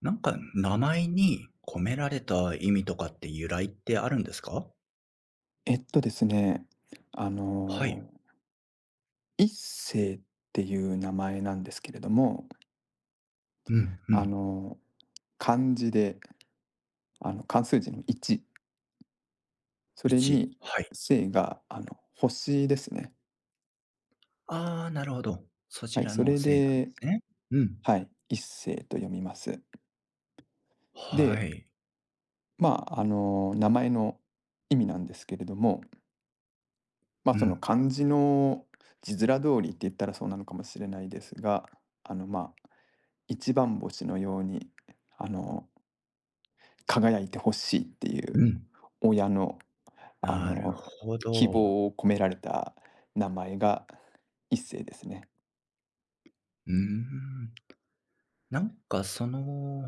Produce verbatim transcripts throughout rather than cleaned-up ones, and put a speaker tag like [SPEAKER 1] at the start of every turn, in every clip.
[SPEAKER 1] なんか、名前に込められた意味とかって由来ってあるんですか？
[SPEAKER 2] えっとですね、あ
[SPEAKER 1] はい。
[SPEAKER 2] の、一世っていう名前なんですけれども、
[SPEAKER 1] うんう
[SPEAKER 2] あ
[SPEAKER 1] ん。
[SPEAKER 2] の、漢字で、あの、漢数字のいち、それ
[SPEAKER 1] いち、
[SPEAKER 2] に
[SPEAKER 1] はい。
[SPEAKER 2] 星が、あの、星ですね。
[SPEAKER 1] ああ、なるほど。そ
[SPEAKER 2] は
[SPEAKER 1] ち
[SPEAKER 2] い、
[SPEAKER 1] ら
[SPEAKER 2] そ
[SPEAKER 1] の
[SPEAKER 2] れ
[SPEAKER 1] せいなんで
[SPEAKER 2] で、
[SPEAKER 1] すね。うん。
[SPEAKER 2] はい、一星と読みます。
[SPEAKER 1] は
[SPEAKER 2] で、
[SPEAKER 1] い。
[SPEAKER 2] まあ、あの、名前の意味なんですけれども、まあ、
[SPEAKER 1] う
[SPEAKER 2] その
[SPEAKER 1] ん、
[SPEAKER 2] 漢字の字面通りって言ったらそうなのかもしれないですが、あの、まあ、一番星のように、あの、輝いてほしいっていう
[SPEAKER 1] うん。
[SPEAKER 2] 親のあ
[SPEAKER 1] なる
[SPEAKER 2] の
[SPEAKER 1] ほ
[SPEAKER 2] 希
[SPEAKER 1] ど。
[SPEAKER 2] 望を込められた名前が一世ですね。
[SPEAKER 1] うーん。なんか、その、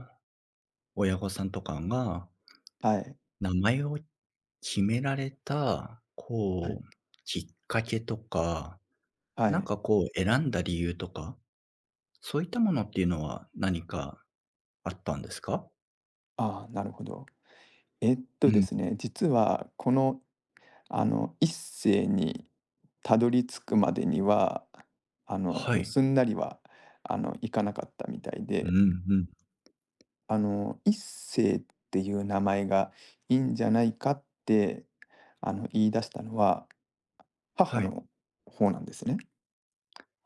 [SPEAKER 1] 親御さんとかが
[SPEAKER 2] はい。
[SPEAKER 1] 名前を決められた、
[SPEAKER 2] はい。
[SPEAKER 1] こう、きっかけとか、
[SPEAKER 2] は
[SPEAKER 1] なん
[SPEAKER 2] い。
[SPEAKER 1] かこう選んだ理由とか、そういったものっていうのは何かあったんですか？
[SPEAKER 2] ああ、なるほど。えっと
[SPEAKER 1] う
[SPEAKER 2] で
[SPEAKER 1] ん。
[SPEAKER 2] すね、実はこの、あの、一世にたどり着くまでには、あの、
[SPEAKER 1] はい。
[SPEAKER 2] すんなりは、あの、いかなかったみたい
[SPEAKER 1] う
[SPEAKER 2] で。
[SPEAKER 1] んうん。
[SPEAKER 2] あの、一世っていう名前がいいんじゃないかって、あの、言い出したのは、母
[SPEAKER 1] はい。
[SPEAKER 2] の方なんですね。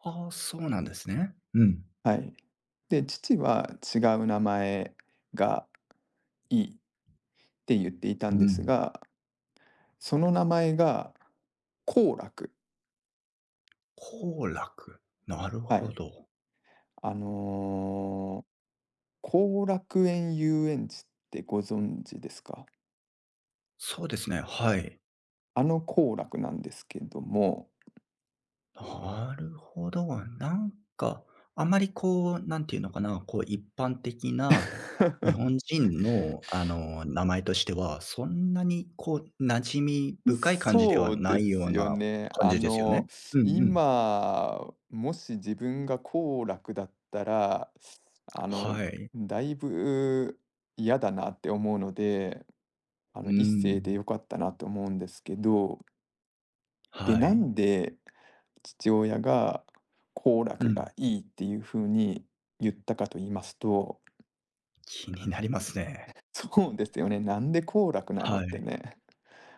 [SPEAKER 1] ああ、そうなんですね。うん。
[SPEAKER 2] はい。で、父は違う名前がいいって言っていた
[SPEAKER 1] う
[SPEAKER 2] んです
[SPEAKER 1] ん。
[SPEAKER 2] が、その名前が幸楽。
[SPEAKER 1] 幸楽、なる
[SPEAKER 2] は
[SPEAKER 1] ほ
[SPEAKER 2] い。
[SPEAKER 1] ど。
[SPEAKER 2] あのー後楽園遊園地ってご存知ですか？
[SPEAKER 1] そうですね、はい。
[SPEAKER 2] あの幸楽なんですけども。
[SPEAKER 1] なるほど。なんか、あまりこう、なんていうのかな、こう一般的 な日本人の、あの、名前としては、そんなにこう馴染み深い感じでは
[SPEAKER 2] そうで
[SPEAKER 1] ないよ
[SPEAKER 2] す
[SPEAKER 1] う
[SPEAKER 2] よ
[SPEAKER 1] な
[SPEAKER 2] ね。
[SPEAKER 1] 感
[SPEAKER 2] あ
[SPEAKER 1] じですよ
[SPEAKER 2] の、
[SPEAKER 1] ね？うんうん。
[SPEAKER 2] 今、もし自分が好楽だったら、あの、
[SPEAKER 1] はい。
[SPEAKER 2] だいぶ嫌だなって思うので、あ
[SPEAKER 1] う
[SPEAKER 2] の、一世で
[SPEAKER 1] ん。
[SPEAKER 2] よかったなと思うんですけど、で、
[SPEAKER 1] は
[SPEAKER 2] な
[SPEAKER 1] い。
[SPEAKER 2] んで父親が好
[SPEAKER 1] う
[SPEAKER 2] 楽
[SPEAKER 1] ん。
[SPEAKER 2] がいいっていうふうに言ったかと言いますと、
[SPEAKER 1] 気になりますね。
[SPEAKER 2] そうですよね。なんで好楽なのっ
[SPEAKER 1] は
[SPEAKER 2] て
[SPEAKER 1] い。
[SPEAKER 2] ね。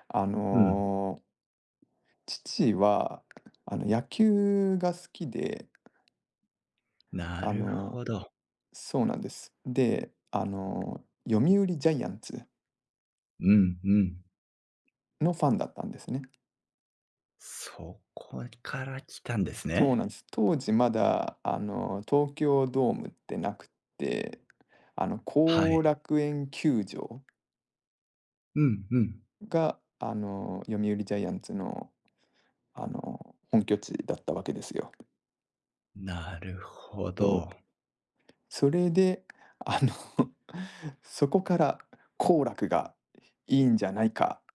[SPEAKER 2] あ
[SPEAKER 1] うん。
[SPEAKER 2] の父は、あの、野球が好きで、
[SPEAKER 1] な
[SPEAKER 2] あ
[SPEAKER 1] る
[SPEAKER 2] の、
[SPEAKER 1] ほど。
[SPEAKER 2] そうなんです。で、あの、読売ジャイアンツ
[SPEAKER 1] うんうん。
[SPEAKER 2] のファンだったんですね。
[SPEAKER 1] そこから来たんです
[SPEAKER 2] そうなん
[SPEAKER 1] ね。
[SPEAKER 2] です。当時まだ、あの、東京ドームってなくって、あの、
[SPEAKER 1] は
[SPEAKER 2] 後
[SPEAKER 1] い。
[SPEAKER 2] 楽園球場
[SPEAKER 1] うんうん。
[SPEAKER 2] が、あの、読売ジャイアンツの、あの、本拠地だったわけですよ。
[SPEAKER 1] なるほ
[SPEAKER 2] そ
[SPEAKER 1] ど。
[SPEAKER 2] う。それで、あの そこから後楽がいいんじゃないかっ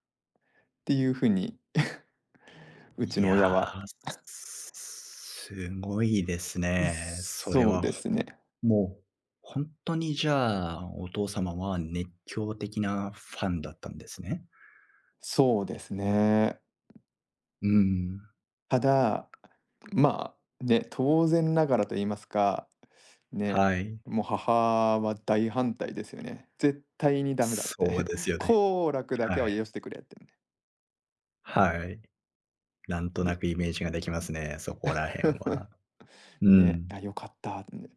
[SPEAKER 2] ていう風に うち
[SPEAKER 1] い
[SPEAKER 2] の親
[SPEAKER 1] や、
[SPEAKER 2] は、
[SPEAKER 1] ーすごいですね。それ
[SPEAKER 2] そう
[SPEAKER 1] は、
[SPEAKER 2] で
[SPEAKER 1] ほ
[SPEAKER 2] すね。
[SPEAKER 1] もう。本当にじゃあ、お父様は熱狂的なファンだったんですね。
[SPEAKER 2] そうですね。
[SPEAKER 1] うん。
[SPEAKER 2] ただ、まあ、ね、当然ながらと言いますか、ね、
[SPEAKER 1] はい。
[SPEAKER 2] もう母は大反対ですよね。絶対にダメだっ
[SPEAKER 1] そう
[SPEAKER 2] て。
[SPEAKER 1] で すよね。
[SPEAKER 2] 「幸楽だけ
[SPEAKER 1] は
[SPEAKER 2] は
[SPEAKER 1] い。
[SPEAKER 2] 許してくれ」ってね。
[SPEAKER 1] はい。なんと
[SPEAKER 2] で
[SPEAKER 1] なくイメージができますね、そこら辺は。う
[SPEAKER 2] ね、
[SPEAKER 1] ん。
[SPEAKER 2] 「あ、よかった」ってね。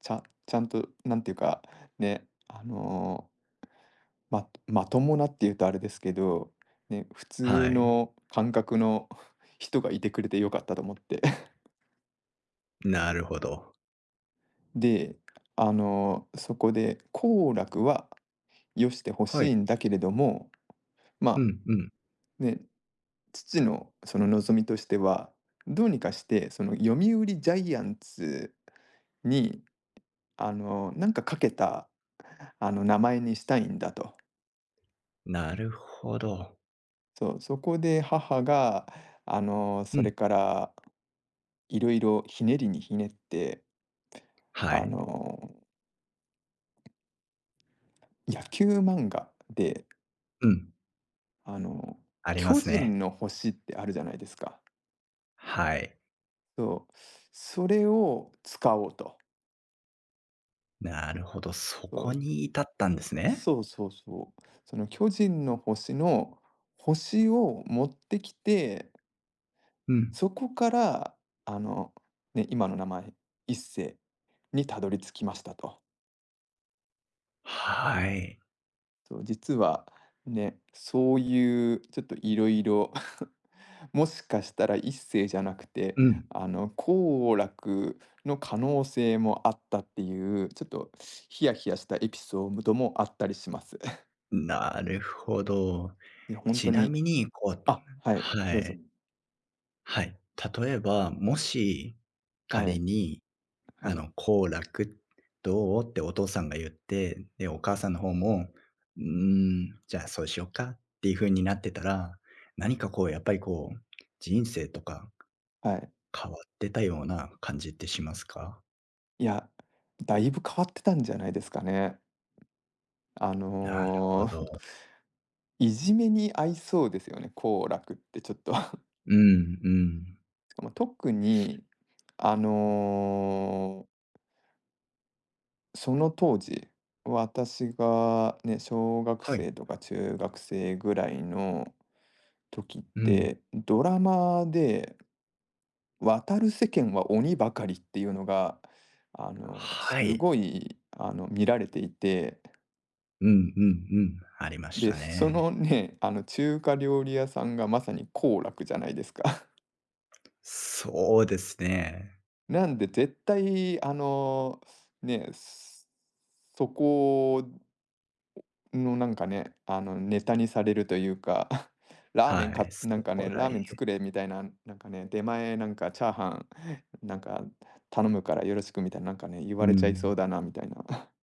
[SPEAKER 2] ちゃちゃんと、なんていうか、ね、あのままともなっていうとあれですけど、ね、普通
[SPEAKER 1] はい。
[SPEAKER 2] の感覚の 人がいてくれてよかったと思って。
[SPEAKER 1] なるほど。
[SPEAKER 2] で、あの、そこで、好楽はよしてほ
[SPEAKER 1] は
[SPEAKER 2] し
[SPEAKER 1] い。
[SPEAKER 2] いんだけれども、
[SPEAKER 1] う
[SPEAKER 2] ま
[SPEAKER 1] ん
[SPEAKER 2] あ
[SPEAKER 1] うん。
[SPEAKER 2] ね、父のその望みとしては、どうにかして、その読売ジャイアンツに、あの、なんかかけた、あの、名前にしたいんだと。
[SPEAKER 1] なるほど。
[SPEAKER 2] そう、そこで母が、あの、
[SPEAKER 1] う
[SPEAKER 2] それ
[SPEAKER 1] ん。
[SPEAKER 2] から、いろいろひねりにひねって、
[SPEAKER 1] は
[SPEAKER 2] あ
[SPEAKER 1] い。
[SPEAKER 2] の、野球漫画で、
[SPEAKER 1] うん。
[SPEAKER 2] あの、
[SPEAKER 1] ありま
[SPEAKER 2] 巨
[SPEAKER 1] す
[SPEAKER 2] 人
[SPEAKER 1] ね。
[SPEAKER 2] の星ってあるじゃないですか。
[SPEAKER 1] はい。
[SPEAKER 2] そう。それを使おうと。
[SPEAKER 1] なるほど、そ
[SPEAKER 2] そ
[SPEAKER 1] こに至ったんです
[SPEAKER 2] う。
[SPEAKER 1] ね。
[SPEAKER 2] そうそうそう。その巨人の星の星を持ってきて、
[SPEAKER 1] うん。
[SPEAKER 2] そこから、あの、ね、今の名前、一世にたどり着きましたと。
[SPEAKER 1] はい。
[SPEAKER 2] そう、実はね、そういうちょっといろいろ もしかしたら一星じゃなくて、
[SPEAKER 1] うん。
[SPEAKER 2] あの、好楽の可能性もあったっていう、ちょっとヒヤヒヤしたエピソードもあったりします。
[SPEAKER 1] なるほど。
[SPEAKER 2] いや、
[SPEAKER 1] ちな
[SPEAKER 2] に
[SPEAKER 1] みに、こう
[SPEAKER 2] あ、はい、
[SPEAKER 1] は
[SPEAKER 2] どうぞ。
[SPEAKER 1] い。はい。例えば、もし、
[SPEAKER 2] は
[SPEAKER 1] 仮
[SPEAKER 2] い、
[SPEAKER 1] に
[SPEAKER 2] は
[SPEAKER 1] あ
[SPEAKER 2] い、
[SPEAKER 1] の、「好楽、どう？」ってお父さんが言って、で、お母さんの方も、「うーん、じゃあ、そうしよっか」っていう風になってたら、何かこう、やっぱりこう、人生とか
[SPEAKER 2] はい。
[SPEAKER 1] 変わってたような感じってしますか？
[SPEAKER 2] いや、だいぶ変わってたんじゃないですかね。あ
[SPEAKER 1] なるほ
[SPEAKER 2] の、
[SPEAKER 1] ど。
[SPEAKER 2] いじめに合いそうですよね、好楽ってちょっと。
[SPEAKER 1] うんうん。
[SPEAKER 2] まあ、特に、あの、その当時、私がね、小学
[SPEAKER 1] はい。
[SPEAKER 2] 生とか中学生ぐらいの時っ
[SPEAKER 1] うん。
[SPEAKER 2] て、ドラマで「渡る世間は鬼ばかり」っていうのが、あの、す
[SPEAKER 1] はい。
[SPEAKER 2] ごい、あの、見られていて、
[SPEAKER 1] うんうんうん。ありまし
[SPEAKER 2] で、
[SPEAKER 1] た
[SPEAKER 2] そ
[SPEAKER 1] ね。
[SPEAKER 2] のね、あの、中華料理屋さんがまさに幸楽じゃないですか。
[SPEAKER 1] そうですね。
[SPEAKER 2] なんで絶対、あの、ね、そそこの、なんかね、あの、ネタにされるというか ラーメ
[SPEAKER 1] は
[SPEAKER 2] ン
[SPEAKER 1] い、
[SPEAKER 2] か
[SPEAKER 1] そ
[SPEAKER 2] なんかね、
[SPEAKER 1] こ
[SPEAKER 2] ラ
[SPEAKER 1] ら
[SPEAKER 2] ー
[SPEAKER 1] へん
[SPEAKER 2] メン作れみたいな、なんかね、出前なんかチャーハン、なんか頼むからよろしくみたいな、なんかね、言
[SPEAKER 1] う
[SPEAKER 2] われちゃいそ
[SPEAKER 1] ん。
[SPEAKER 2] うだなみたいな。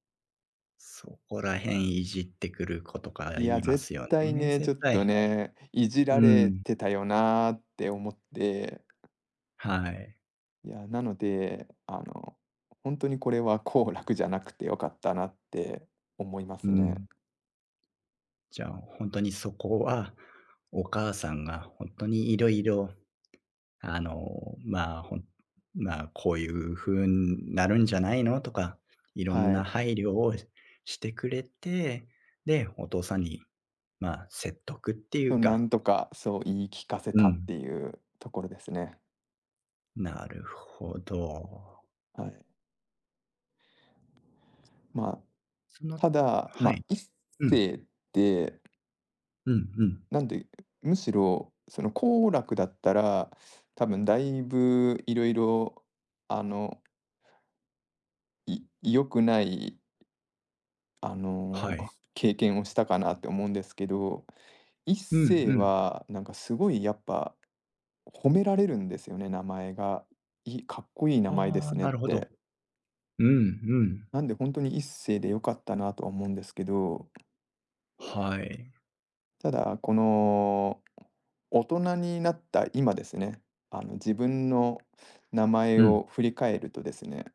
[SPEAKER 1] そこら辺いじってくる子とか
[SPEAKER 2] い
[SPEAKER 1] 言
[SPEAKER 2] や、
[SPEAKER 1] いま
[SPEAKER 2] 絶
[SPEAKER 1] すよ
[SPEAKER 2] 対
[SPEAKER 1] ね、
[SPEAKER 2] ね、ち
[SPEAKER 1] 絶
[SPEAKER 2] ょっと
[SPEAKER 1] 対。
[SPEAKER 2] ね、いじら
[SPEAKER 1] う
[SPEAKER 2] れ
[SPEAKER 1] ん。
[SPEAKER 2] てたよなーって思って、
[SPEAKER 1] はい。
[SPEAKER 2] いや、なので、あの、本当にこれは幸楽じゃなくて良かったなって思いま
[SPEAKER 1] う
[SPEAKER 2] すね。
[SPEAKER 1] ん。じゃあ、ほんとにそこは、お母さんがほんとに色々、あの、まあ、ほんまあ、こういう風んなるんじゃないのとか、いろん
[SPEAKER 2] は
[SPEAKER 1] な
[SPEAKER 2] い。
[SPEAKER 1] 配慮をしてくれて、で、お父さんに、まあ、説得ってい
[SPEAKER 2] そう
[SPEAKER 1] う
[SPEAKER 2] な
[SPEAKER 1] か
[SPEAKER 2] んとかそう言い聞かせ
[SPEAKER 1] う
[SPEAKER 2] たって
[SPEAKER 1] ん、
[SPEAKER 2] いうところですね。
[SPEAKER 1] なるほど。
[SPEAKER 2] はい。まあ、
[SPEAKER 1] その
[SPEAKER 2] ただ、ま
[SPEAKER 1] は
[SPEAKER 2] あ、
[SPEAKER 1] い。
[SPEAKER 2] 一
[SPEAKER 1] うん。
[SPEAKER 2] 世って、
[SPEAKER 1] うんうん。
[SPEAKER 2] なんで、むしろその幸楽だったら、多分だいぶいろいろあの、い良くない、あ
[SPEAKER 1] は
[SPEAKER 2] の、
[SPEAKER 1] い。
[SPEAKER 2] 経験をしたかなって思うんですけど、一
[SPEAKER 1] うんう
[SPEAKER 2] 世
[SPEAKER 1] ん。
[SPEAKER 2] はなんかすごいやっぱ褒められるんですよね、名前が。いいかっこいい名前で
[SPEAKER 1] ああ、
[SPEAKER 2] すねっ
[SPEAKER 1] なるほど。
[SPEAKER 2] て。
[SPEAKER 1] うんうん。
[SPEAKER 2] なんで本当に一世で良かったなとは思うんですけど、
[SPEAKER 1] はい。
[SPEAKER 2] ただ、この、大人になった今ですね、あの、自分の名前
[SPEAKER 1] うん。
[SPEAKER 2] を振り返るとですね、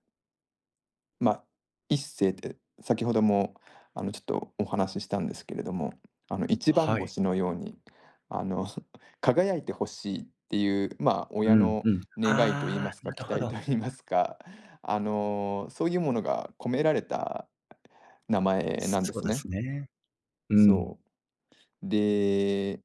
[SPEAKER 2] まあ、一世って先ほども、あの、ちょっとお話ししたんですけれども、あの、一番
[SPEAKER 1] はい。
[SPEAKER 2] 星のように、あの 輝いてほしいっていう、まあ、
[SPEAKER 1] う
[SPEAKER 2] 親
[SPEAKER 1] ん
[SPEAKER 2] の
[SPEAKER 1] うん。
[SPEAKER 2] 願いと言い
[SPEAKER 1] あ
[SPEAKER 2] ます
[SPEAKER 1] あ、
[SPEAKER 2] か、
[SPEAKER 1] な
[SPEAKER 2] 期
[SPEAKER 1] るほ
[SPEAKER 2] 待と
[SPEAKER 1] ど。
[SPEAKER 2] 言いますか、あの、そういうものが込められた名前なんで
[SPEAKER 1] そう
[SPEAKER 2] す
[SPEAKER 1] で
[SPEAKER 2] ね。
[SPEAKER 1] すね。うん。
[SPEAKER 2] そう。で、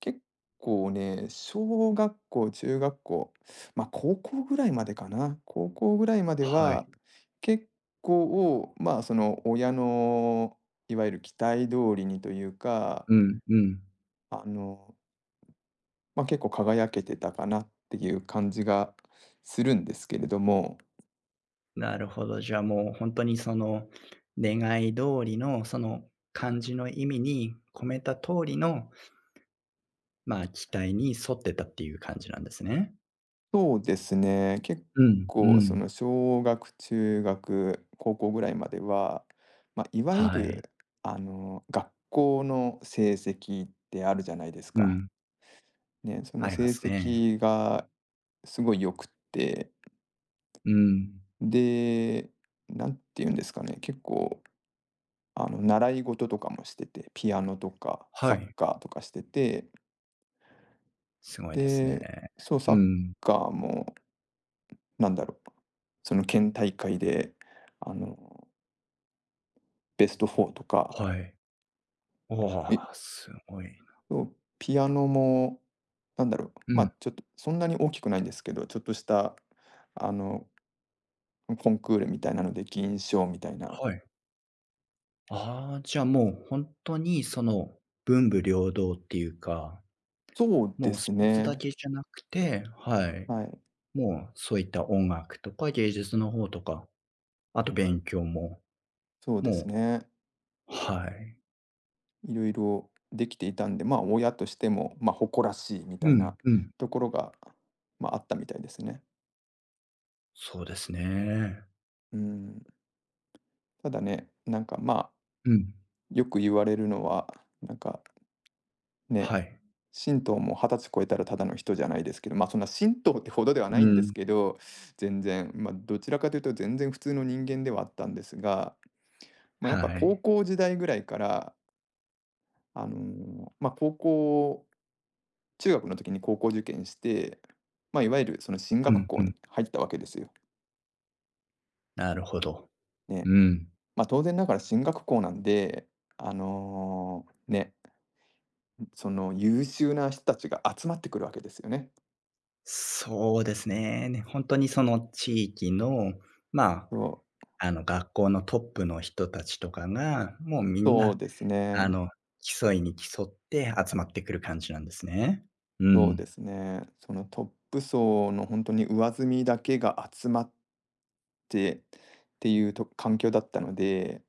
[SPEAKER 2] 結構ね、小学校、中学校、ま、あ高校ぐらいまでかな。高校ぐらいまで
[SPEAKER 1] は
[SPEAKER 2] は、
[SPEAKER 1] い。
[SPEAKER 2] 結構、ま、あその、親のいわゆる期待通りにというか、
[SPEAKER 1] うんうん。
[SPEAKER 2] あの、ま、あ結構輝けてたかなっていう感じがするんですけれども。
[SPEAKER 1] なるほど。じゃあ、もう本当にその、願い通りの、その漢字の意味に込めた通りの、まあ、期待に沿ってたっていう感じなんですね。
[SPEAKER 2] そうですね。結
[SPEAKER 1] うんう
[SPEAKER 2] 構そ
[SPEAKER 1] ん。
[SPEAKER 2] の小学、中学、高校ぐらいまでは、まあ、いわゆ
[SPEAKER 1] はい。
[SPEAKER 2] るあの、学校の成績ってあるじゃないです
[SPEAKER 1] う
[SPEAKER 2] か。
[SPEAKER 1] ん。
[SPEAKER 2] ね、そ
[SPEAKER 1] あ
[SPEAKER 2] の
[SPEAKER 1] りま
[SPEAKER 2] 成
[SPEAKER 1] すね。
[SPEAKER 2] 績がすごい良くって、
[SPEAKER 1] うん。
[SPEAKER 2] で、なんて言うんですかね、結構あの、習い事とかもしてて、ピアノとかサ
[SPEAKER 1] は
[SPEAKER 2] ッ
[SPEAKER 1] い。
[SPEAKER 2] カーとかしてて、
[SPEAKER 1] すごいです
[SPEAKER 2] で、
[SPEAKER 1] ね。
[SPEAKER 2] そう、サ
[SPEAKER 1] う
[SPEAKER 2] ッ
[SPEAKER 1] ん。
[SPEAKER 2] カーもなんだろう、その県大会であのベストフォーとか、
[SPEAKER 1] はい。
[SPEAKER 2] えっと。
[SPEAKER 1] わあ、すごい。
[SPEAKER 2] ピアノも、なんだろう、
[SPEAKER 1] うん、
[SPEAKER 2] ま、ちょっとそんなに大きくないんですけど、ちょっとした、あの、コンクールみたいなので銀賞みたいな。
[SPEAKER 1] はい。ああ、じゃあもう本当にその、文武両道っていうか、
[SPEAKER 2] そうで
[SPEAKER 1] もうス
[SPEAKER 2] す
[SPEAKER 1] ポーツだ
[SPEAKER 2] ね。
[SPEAKER 1] けじゃなくてはい、
[SPEAKER 2] はい、
[SPEAKER 1] もうそういった音楽とか芸術の方とか、あと勉強も、
[SPEAKER 2] そうです
[SPEAKER 1] も
[SPEAKER 2] ね。
[SPEAKER 1] うはい。
[SPEAKER 2] いろいろできていたんで、ま、親としても、ま、誇らしいみた
[SPEAKER 1] う
[SPEAKER 2] い
[SPEAKER 1] ん
[SPEAKER 2] な
[SPEAKER 1] うん。
[SPEAKER 2] ところが、ま、ああったみたいですね。
[SPEAKER 1] そうですね。
[SPEAKER 2] うん。ただね、なんか、まあ、
[SPEAKER 1] うん。
[SPEAKER 2] よく言われるのは、なんかね、
[SPEAKER 1] はい。
[SPEAKER 2] 神道もはたち超えたらただの人じゃないですけど、まあ、そんな神道ってほどでは
[SPEAKER 1] う
[SPEAKER 2] ないんです
[SPEAKER 1] ん。
[SPEAKER 2] けど、全然、ま、どちらかというと全然普通の人間ではあったんですが、ま、や
[SPEAKER 1] は
[SPEAKER 2] っぱ高
[SPEAKER 1] い。
[SPEAKER 2] 校時代ぐらいから、あの、ま、高校中学の時に高校受験して、ま、いわゆるその進
[SPEAKER 1] う
[SPEAKER 2] 学
[SPEAKER 1] ん
[SPEAKER 2] 校
[SPEAKER 1] うん。
[SPEAKER 2] に入ったわけですよ。
[SPEAKER 1] なるほど。
[SPEAKER 2] ね。
[SPEAKER 1] うん。
[SPEAKER 2] ま、当然ながら進学校なんで、あの、ね、その優秀な人たちが集まってくるわけですよね。
[SPEAKER 1] そうですね。ね、当にその地域の、ま
[SPEAKER 2] そう、
[SPEAKER 1] あ、あの、学校のトップの人たちとかが、もうみん
[SPEAKER 2] そう
[SPEAKER 1] な、
[SPEAKER 2] です
[SPEAKER 1] あ
[SPEAKER 2] ね。
[SPEAKER 1] の、競いに競って集まってくる感じなんですね。う
[SPEAKER 2] そう
[SPEAKER 1] ん。
[SPEAKER 2] ですね。そのトップ層の本当に上積みだけが集まってっていうと環境だったので、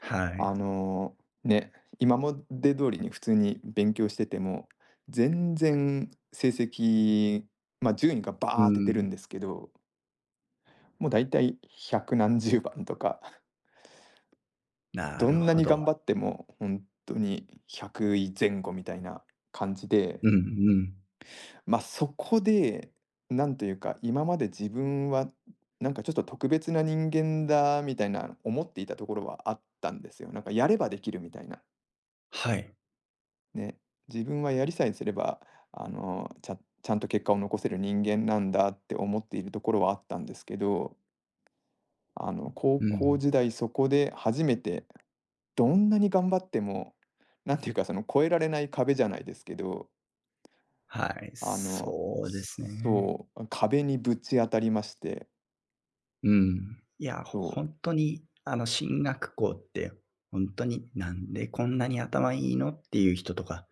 [SPEAKER 1] はい。
[SPEAKER 2] あの、ね、今まで通りに普通に勉強してても、全然成績、ま、あ順位が
[SPEAKER 1] う
[SPEAKER 2] バーって出る
[SPEAKER 1] ん。
[SPEAKER 2] んですけど、もう大体百何十番とか、
[SPEAKER 1] な
[SPEAKER 2] ど
[SPEAKER 1] る
[SPEAKER 2] んな
[SPEAKER 1] ほ
[SPEAKER 2] に
[SPEAKER 1] ど。
[SPEAKER 2] 頑張っても本当に百位前後みたいな感じで、
[SPEAKER 1] うんうん。
[SPEAKER 2] ま、あそこで、なんというか、今まで自分は、なんかちょっと特別な人間だみたいな思っていたところはあったんですよ。なんかやればできるみたいな。
[SPEAKER 1] はい。
[SPEAKER 2] ね。自分はやりさえすれば、あの、ちゃちゃんと結果を残せる人間なんだって思っているところはあったんですけど、あの、高
[SPEAKER 1] う
[SPEAKER 2] 校
[SPEAKER 1] ん。
[SPEAKER 2] 時代そこで初めて、どんなに頑張っても、なんていうか、その越えられない壁じゃないですけど、
[SPEAKER 1] はい、
[SPEAKER 2] あの、
[SPEAKER 1] そうですね。
[SPEAKER 2] そう、壁にぶち当たりまして。
[SPEAKER 1] うん。いや、
[SPEAKER 2] そ
[SPEAKER 1] 本当に、あの、進学校って、本当に「なんでこんなに頭いいの？」っていう人とか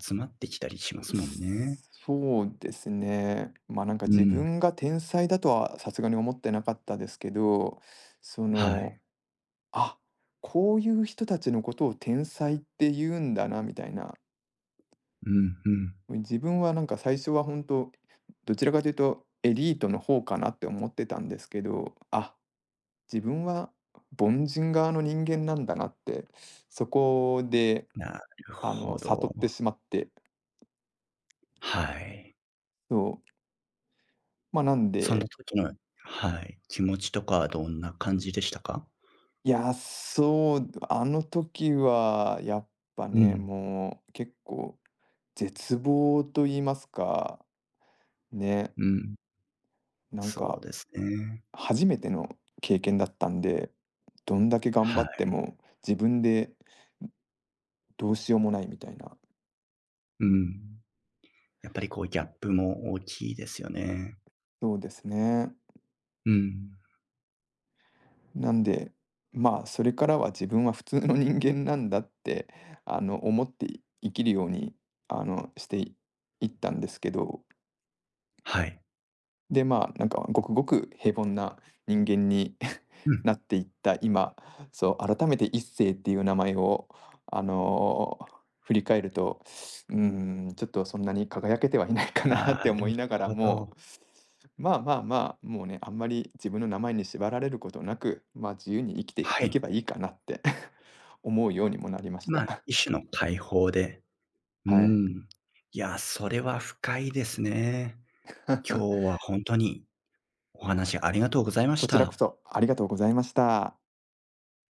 [SPEAKER 1] 集まってきたりしま
[SPEAKER 2] う、
[SPEAKER 1] すもんね。
[SPEAKER 2] そうですね。まあ、なんか
[SPEAKER 1] う
[SPEAKER 2] 自
[SPEAKER 1] ん。
[SPEAKER 2] 分が天才だとはさすがに思ってなかったですけど、そ
[SPEAKER 1] は
[SPEAKER 2] の、
[SPEAKER 1] い。
[SPEAKER 2] あ、こういう人たちのことを天才って言うんだなみたいな。
[SPEAKER 1] うんうん。
[SPEAKER 2] 自分はなんか最初は本当、どちらかというとエリートの方かなって思ってたんですけど、あ、自分は凡人側の人間なんだなって、そこで、
[SPEAKER 1] なる
[SPEAKER 2] あの、
[SPEAKER 1] ほ
[SPEAKER 2] 悟って
[SPEAKER 1] ど。
[SPEAKER 2] しまって、
[SPEAKER 1] はい。
[SPEAKER 2] そう。まあ、なん
[SPEAKER 1] そ
[SPEAKER 2] で、
[SPEAKER 1] の時のはい、気持ちとかはどんな感じでしたか？
[SPEAKER 2] いや、そう、あの時はやっぱ
[SPEAKER 1] う
[SPEAKER 2] ね、
[SPEAKER 1] ん、
[SPEAKER 2] もう結構絶望と言いますか、ね、
[SPEAKER 1] うん。
[SPEAKER 2] なん
[SPEAKER 1] そう
[SPEAKER 2] か
[SPEAKER 1] ですね。
[SPEAKER 2] 初めての経験だったんで、どんだけ頑
[SPEAKER 1] は
[SPEAKER 2] 張っ
[SPEAKER 1] い。
[SPEAKER 2] ても自分でどうしようもないみたいな。
[SPEAKER 1] うん。やっぱりこうギャップも大きいですよね。
[SPEAKER 2] そうですね。
[SPEAKER 1] うん。
[SPEAKER 2] なんで、まあ、それからは自分は普通の人間なんだって、あの、思って生きるように、あの、していったんですけど、
[SPEAKER 1] はい。
[SPEAKER 2] で、まあ、なんかごくごく平凡な人間に
[SPEAKER 1] うん。
[SPEAKER 2] なっていった今、そう、改めて一世っていう名前を、あのー振り返ると、うーん、ちょっとそんなに輝けてはいないかな
[SPEAKER 1] な
[SPEAKER 2] って思
[SPEAKER 1] る
[SPEAKER 2] いながら
[SPEAKER 1] ほ
[SPEAKER 2] も、
[SPEAKER 1] ど。
[SPEAKER 2] まあまあまあ、もうね、あんまり自分の名前に縛られることなく、まあ自由に生きて
[SPEAKER 1] は
[SPEAKER 2] い
[SPEAKER 1] い。
[SPEAKER 2] けばいいかなって 思うようにもなりまし
[SPEAKER 1] まあ、
[SPEAKER 2] た。
[SPEAKER 1] 一種の解放で、うー
[SPEAKER 2] はい。
[SPEAKER 1] ん。いや、それは深いですね。今日は 本当に
[SPEAKER 2] い
[SPEAKER 1] お
[SPEAKER 2] やー、
[SPEAKER 1] 話ありがとうございまし
[SPEAKER 2] こちらこ
[SPEAKER 1] た。
[SPEAKER 2] そありがとうございました。